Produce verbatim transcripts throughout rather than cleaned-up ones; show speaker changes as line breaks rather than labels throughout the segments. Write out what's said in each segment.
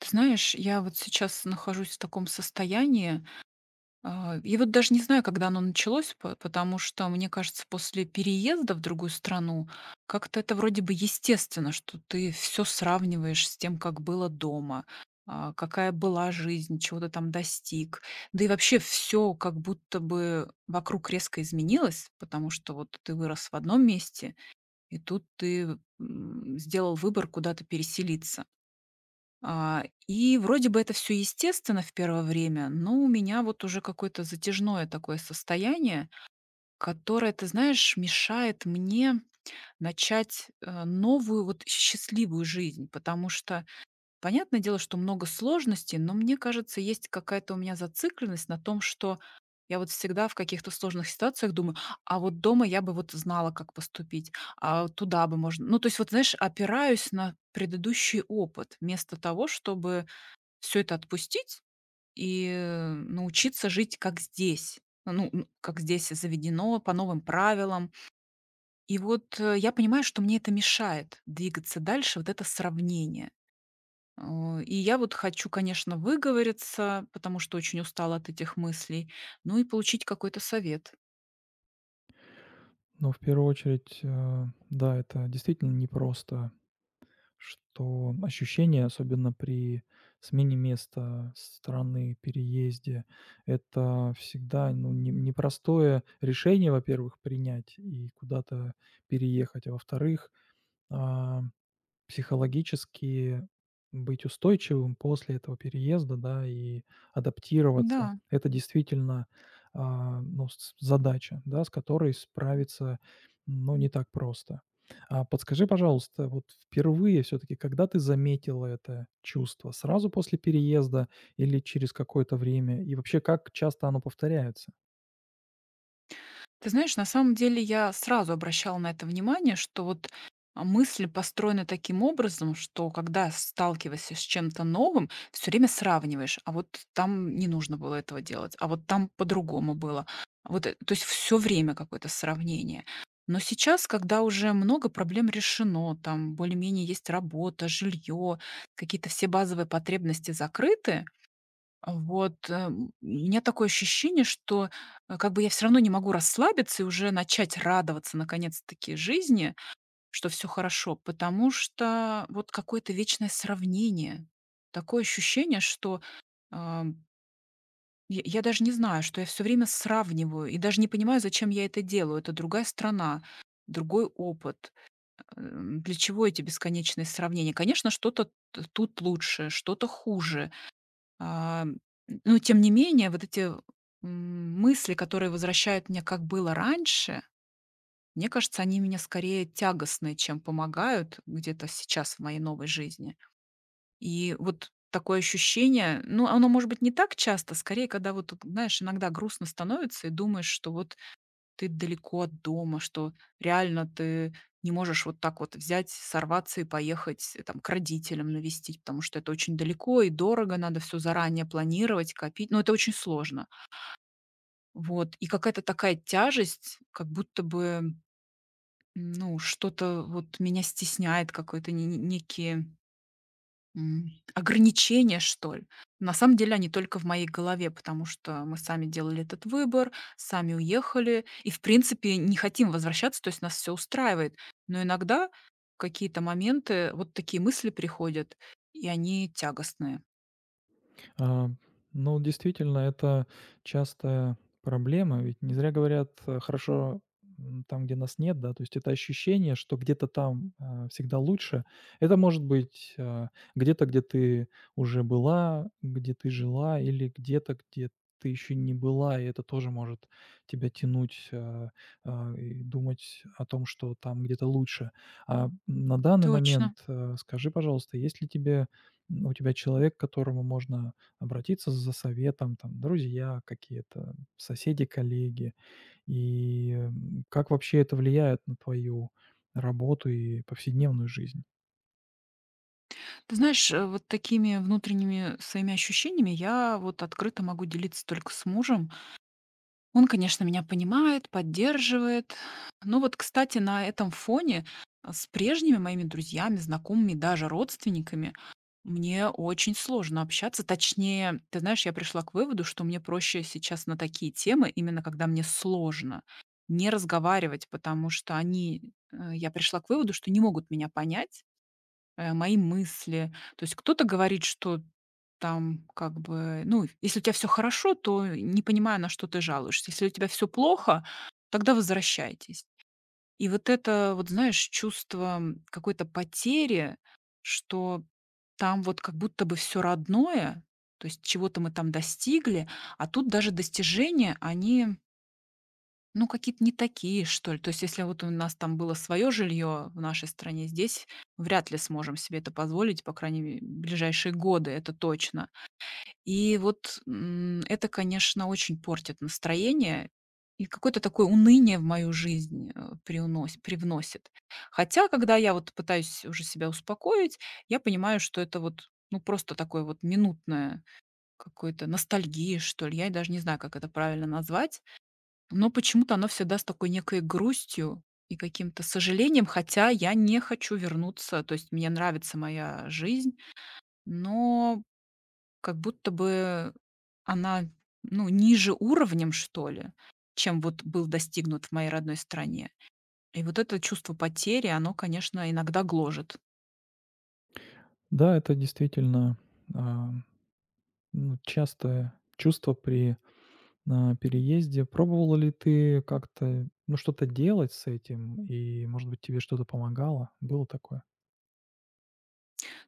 Ты знаешь, я вот сейчас нахожусь в таком состоянии, а, и вот даже не знаю, когда оно началось, по- потому что, мне кажется, после переезда в другую страну как-то это вроде бы естественно, что ты все сравниваешь с тем, как было дома, а, какая была жизнь, чего ты там достиг. Да и вообще все как будто бы вокруг резко изменилось, потому что вот ты вырос в одном месте, и тут ты м, сделал выбор куда-то переселиться. А, и вроде бы это все естественно в первое время, но у меня вот уже какое-то затяжное такое состояние, которое, ты знаешь, мешает мне начать, э, новую вот счастливую жизнь. Потому что, понятное дело, что много сложностей, но мне кажется, есть какая-то у меня зацикленность на том, что я вот всегда в каких-то сложных ситуациях думаю: "А вот дома я бы вот знала, как поступить, а туда бы можно". Ну, то есть вот, знаешь, опираюсь на предыдущий опыт вместо того, чтобы все это отпустить и, э, научиться жить как здесь. Ну, н как здесь заведено, по новым правилам. И вот, э, я понимаю, что мне это мешает двигаться дальше, вот это сравнение. Э, и я вот хочу, конечно, выговориться, потому что очень устала от этих мыслей, ну и получить какой-то совет.
Ну, в первую очередь, э, да, это действительно непросто, что ощущение, особенно при смене места, страны, переезде, это всегда, ну, не- непростое решение, во-первых, принять и куда-то переехать, а во-вторых, а, психологически быть устойчивым после этого переезда, да, и адаптироваться.
Да.
Это действительно, а, ну, с задача, да, с которой справиться, ну, не так просто. А подскажи, пожалуйста, вот впервые все таки когда ты заметила это чувство? Сразу после переезда или через какое-то время? И вообще, как часто оно повторяется?
Ты знаешь, на самом деле я сразу обращала на это внимание, что вот, а, мысль построена таким образом, что когда сталкиваешься с чем-то новым, все время сравниваешь: "А вот там не нужно было этого делать, а вот там по-другому было". Вот, э, то есть все время какое-то сравнение. Но сейчас, когда уже много проблем решено, там более-менее есть работа, жилье, какие-то все базовые потребности закрыты, вот, э, м, у меня такое ощущение, что, э, как бы я все равно не могу расслабиться и уже начать радоваться наконец-таки жизни, что все хорошо, потому что вот какое-то вечное сравнение. Такое ощущение, что, ам, я я даже не знаю, что я все время сравниваю и даже не понимаю, зачем я это делаю. Это другая страна, другой опыт. Эм, для чего эти бесконечные сравнения? Конечно, что-то т тут лучше, что-то хуже. А, но тем не менее, вот эти, м, мысли, которые возвращают меня, как было раньше, мне кажется, они меня скорее тягостны, чем помогают где-то сейчас в моей новой жизни. И вот такое ощущение, ну, оно может быть не так часто, скорее, когда вот, тут, знаешь, иногда грустно становится и думаешь, что вот ты далеко от дома, что реально ты не можешь вот так вот взять, сорваться и поехать, э, там, к родителям навестить, потому что это очень далеко и дорого, надо все заранее планировать, копить. Но это очень сложно. Вот. И какая-то такая тяжесть, как будто бы, м, ну, что-то вот меня стесняет, какой-то некий М, ограничения, что ли. На самом деле они только в моей голове, потому что мы сами делали этот выбор, сами уехали и, в принципе, не хотим возвращаться, то есть нас все устраивает. Но иногда в какие-то моменты вот такие мысли приходят, и они тягостные.
А, ну, действительно, это частая проблема, ведь не зря говорят, э, хорошо, м, там, где нас нет, да, то есть это ощущение, что где-то там, а, всегда лучше. Это может быть, а, где-то, где ты уже была, где ты жила или где-то, где ты еще не была, и это тоже может тебя тянуть, а, а, и думать о том, что там где-то лучше. А, на данный
Точно.
момент, э, скажи, пожалуйста, есть ли тебе м, у тебя человек, которому можно обратиться за советом, там, друзья какие-то, соседи, коллеги. И, м, как вообще это влияет на твою работу и повседневную жизнь?
Ты знаешь, э, вот такими внутренними своими ощущениями я вот открыто могу делиться только с мужем. Он, конечно, меня понимает, поддерживает. Но вот, кстати, на этом фоне, а, с прежними моими друзьями, знакомыми, даже родственниками мне очень сложно общаться. Точнее, ты знаешь, я пришла к выводу, что мне проще сейчас на такие темы, именно когда мне сложно, не разговаривать, потому что они, э, я пришла к выводу, что не могут меня понять, э, мои мысли. То есть кто-то говорит, что там как бы, ну, если у тебя все хорошо, то не понимаю, на что ты жалуешься. Если у тебя все плохо, тогда возвращайтесь. И вот это вот, знаешь, чувство, м, какой-то потери, что там вот как будто бы все родное, то есть чего-то мы там достигли, а тут даже достижения, они, ну, какие-то не такие, что ли. То есть если вот у нас там было свое жилье в нашей стране, здесь вряд ли сможем себе это позволить, по крайней мере, в ближайшие годы, это точно. И вот, м, это, конечно, очень портит настроение и какое-то такое уныние в мою жизнь, э, приунос привносит. Хотя, когда я вот пытаюсь уже себя успокоить, я понимаю, что это вот, ну, просто такое вот минутное какое-то ностальгия, что ли. Я даже не знаю, как это правильно назвать, но почему-то оно всегда с такой некой грустью и каким-то сожалением, хотя я не хочу вернуться. То есть мне нравится моя жизнь, но как будто бы она, ну, ниже уровнем, что ли, чем вот был достигнут в моей родной стране. И вот это чувство потери, оно, конечно, иногда гложет.
Да, это действительно, а, ну, частое чувство при, а, переезде. Пробовала ли ты как-то, ну, что-то делать с этим? И, может быть, тебе что-то помогало? Было такое?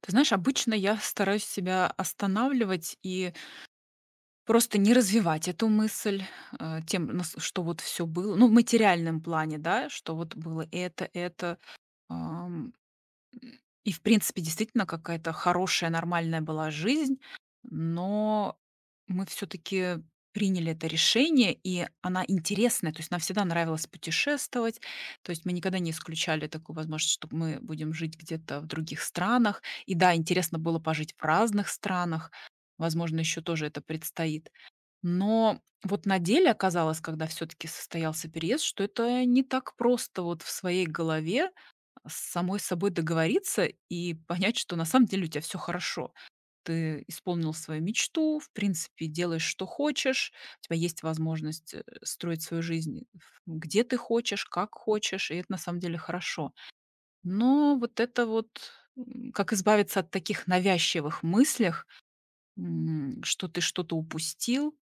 Ты знаешь, обычно я стараюсь себя останавливать и просто не развивать эту мысль, э, тем, нас- что вот все было, ну, в материальном плане, да, что вот было это, это, И, в принципе, действительно какая-то хорошая, нормальная была жизнь, но мы все таки приняли это решение, и она интересная. То есть нам всегда нравилось путешествовать, то есть мы никогда не исключали такую возможность, что мы будем жить где-то в других странах. И да, интересно было пожить в разных странах, возможно, еще тоже это предстоит. Но вот на деле оказалось, когда все таки состоялся переезд, что это не так просто вот в своей голове с самой собой договориться и понять, что на самом деле у тебя все хорошо. Ты исполнил свою мечту, в принципе, делаешь, что хочешь, у тебя есть возможность, э, строить свою жизнь, ф где ты хочешь, как хочешь, и это на самом деле хорошо. Но вот это вот, м, как избавиться от таких навязчивых мыслях, м, что ты что-то упустил,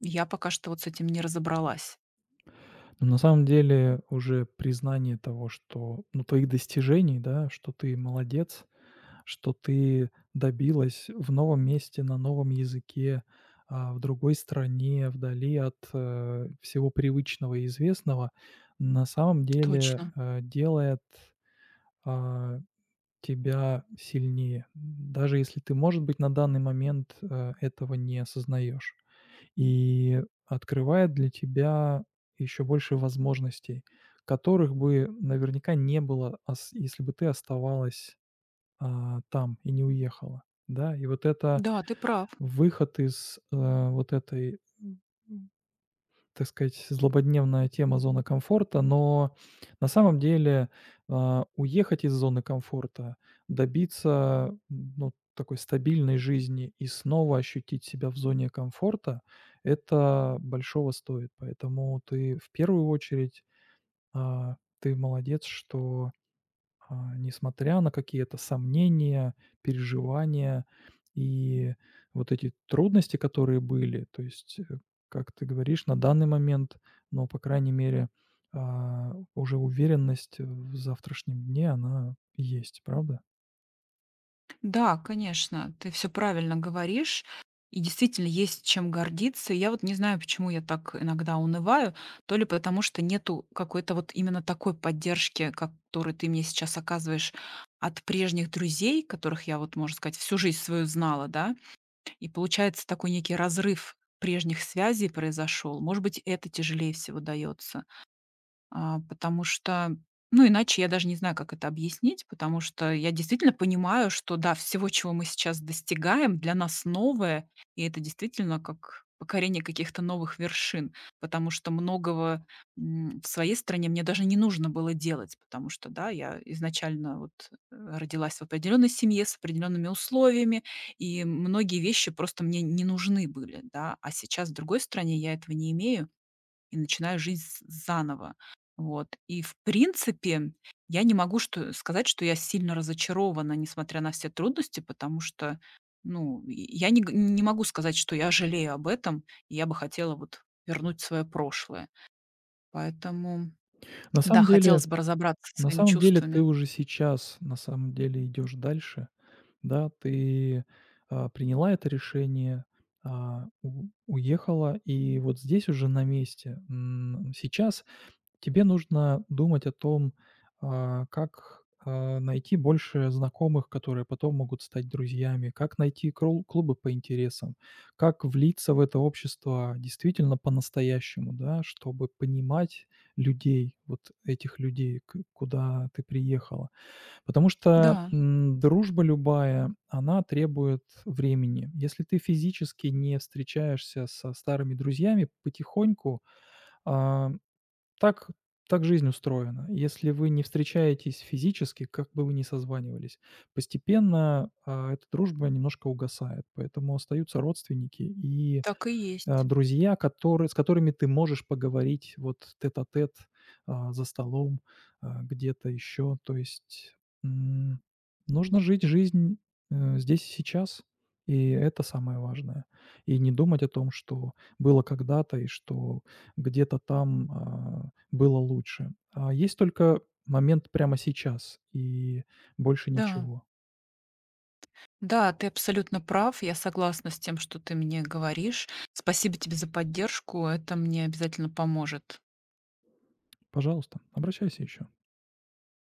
я пока что вот с этим не разобралась.
Но на самом деле уже признание того, что, ну, твоих достижений, да, что ты молодец, что ты добилась в новом месте, на новом языке, а, в другой стране, вдали от, э, всего привычного и известного, на самом деле,
Точно.
э, делает, а, тебя сильнее, даже если ты, может быть, на данный момент, э, этого не осознаешь. И открывает для тебя еще больше возможностей, которых бы наверняка не было, ас если бы ты оставалась, а, там и не уехала, да. И вот это
Да, ты прав.
выход из, э, вот этой, м, м, так сказать, злободневная тема зона комфорта, но на самом деле, а, уехать из зоны комфорта, добиться, м, ну, такой стабильной жизни и снова ощутить себя в зоне комфорта — это большого стоит. Поэтому ты в первую очередь, а, ты молодец, что а, несмотря на какие-то сомнения, переживания и вот эти трудности, которые были. То есть, э, как ты говоришь, на данный момент, но, по крайней мере, а, уже уверенность в завтрашнем дне, она есть, правда?
Да, конечно, ты все правильно говоришь. И действительно есть чем гордиться. И я вот не знаю, почему я так иногда унываю. То ли потому, что нету какой-то вот именно такой поддержки, которую ты мне сейчас оказываешь от прежних друзей, которых я вот, можно сказать, всю жизнь свою знала, да. И получается такой некий разрыв прежних связей произошел. Может быть, это тяжелее всего дается. А, потому что, ну, иначе я даже не знаю, как это объяснить, потому что я действительно понимаю, что да, всего, чего мы сейчас достигаем, для нас новое, и это действительно как покорение каких-то новых вершин, потому что многого м, в своей стране мне даже не нужно было делать, потому что, да, я изначально вот э, родилась в определенной семье с определенными условиями, и многие вещи просто мне не нужны были, да, а сейчас в другой стране я этого не имею, и начинаю жизнь з заново. Вот. И, в принципе, я не могу что сказать, что я сильно разочарована, несмотря на все трудности, потому что, ну, и я не г не могу сказать, что я жалею об этом, и я бы хотела вот вернуть свое прошлое. Поэтому,
На
да,
самом деле
хотелось бы разобраться со
на
своими
самом деле ты
чувствами.
уже сейчас, на самом деле, идешь дальше. Да, ты, а, приняла это решение, а, у уехала, и вот здесь уже на месте, м, сейчас тебе нужно думать о том, а, как, а, найти больше знакомых, которые потом могут стать друзьями, как найти крол клубы по интересам, как влиться в это общество действительно по-настоящему, да, чтобы понимать людей, вот этих людей, к куда ты приехала. Потому
Да,
что, м, дружба любая, она требует времени. Если ты физически не встречаешься со старыми друзьями, потихоньку, а, так так жизнь устроена. Если вы не встречаетесь физически, как бы вы ни созванивались, постепенно, а, эта дружба немножко угасает, поэтому остаются родственники и
так и
э,
есть.
друзья, которые, с которыми ты можешь поговорить вот тет-а-тет, а, за столом, а, где-то еще. То есть, м, нужно жить жизнь, э, здесь и сейчас, и это самое важное. И не думать о том, что было когда-то и что где-то там, а, было лучше. А есть только момент прямо сейчас и больше
Да.
ничего.
Да, ты абсолютно прав. Я согласна с тем, что ты мне говоришь. Спасибо тебе за поддержку. Это мне обязательно поможет.
Пожалуйста, обращайся еще.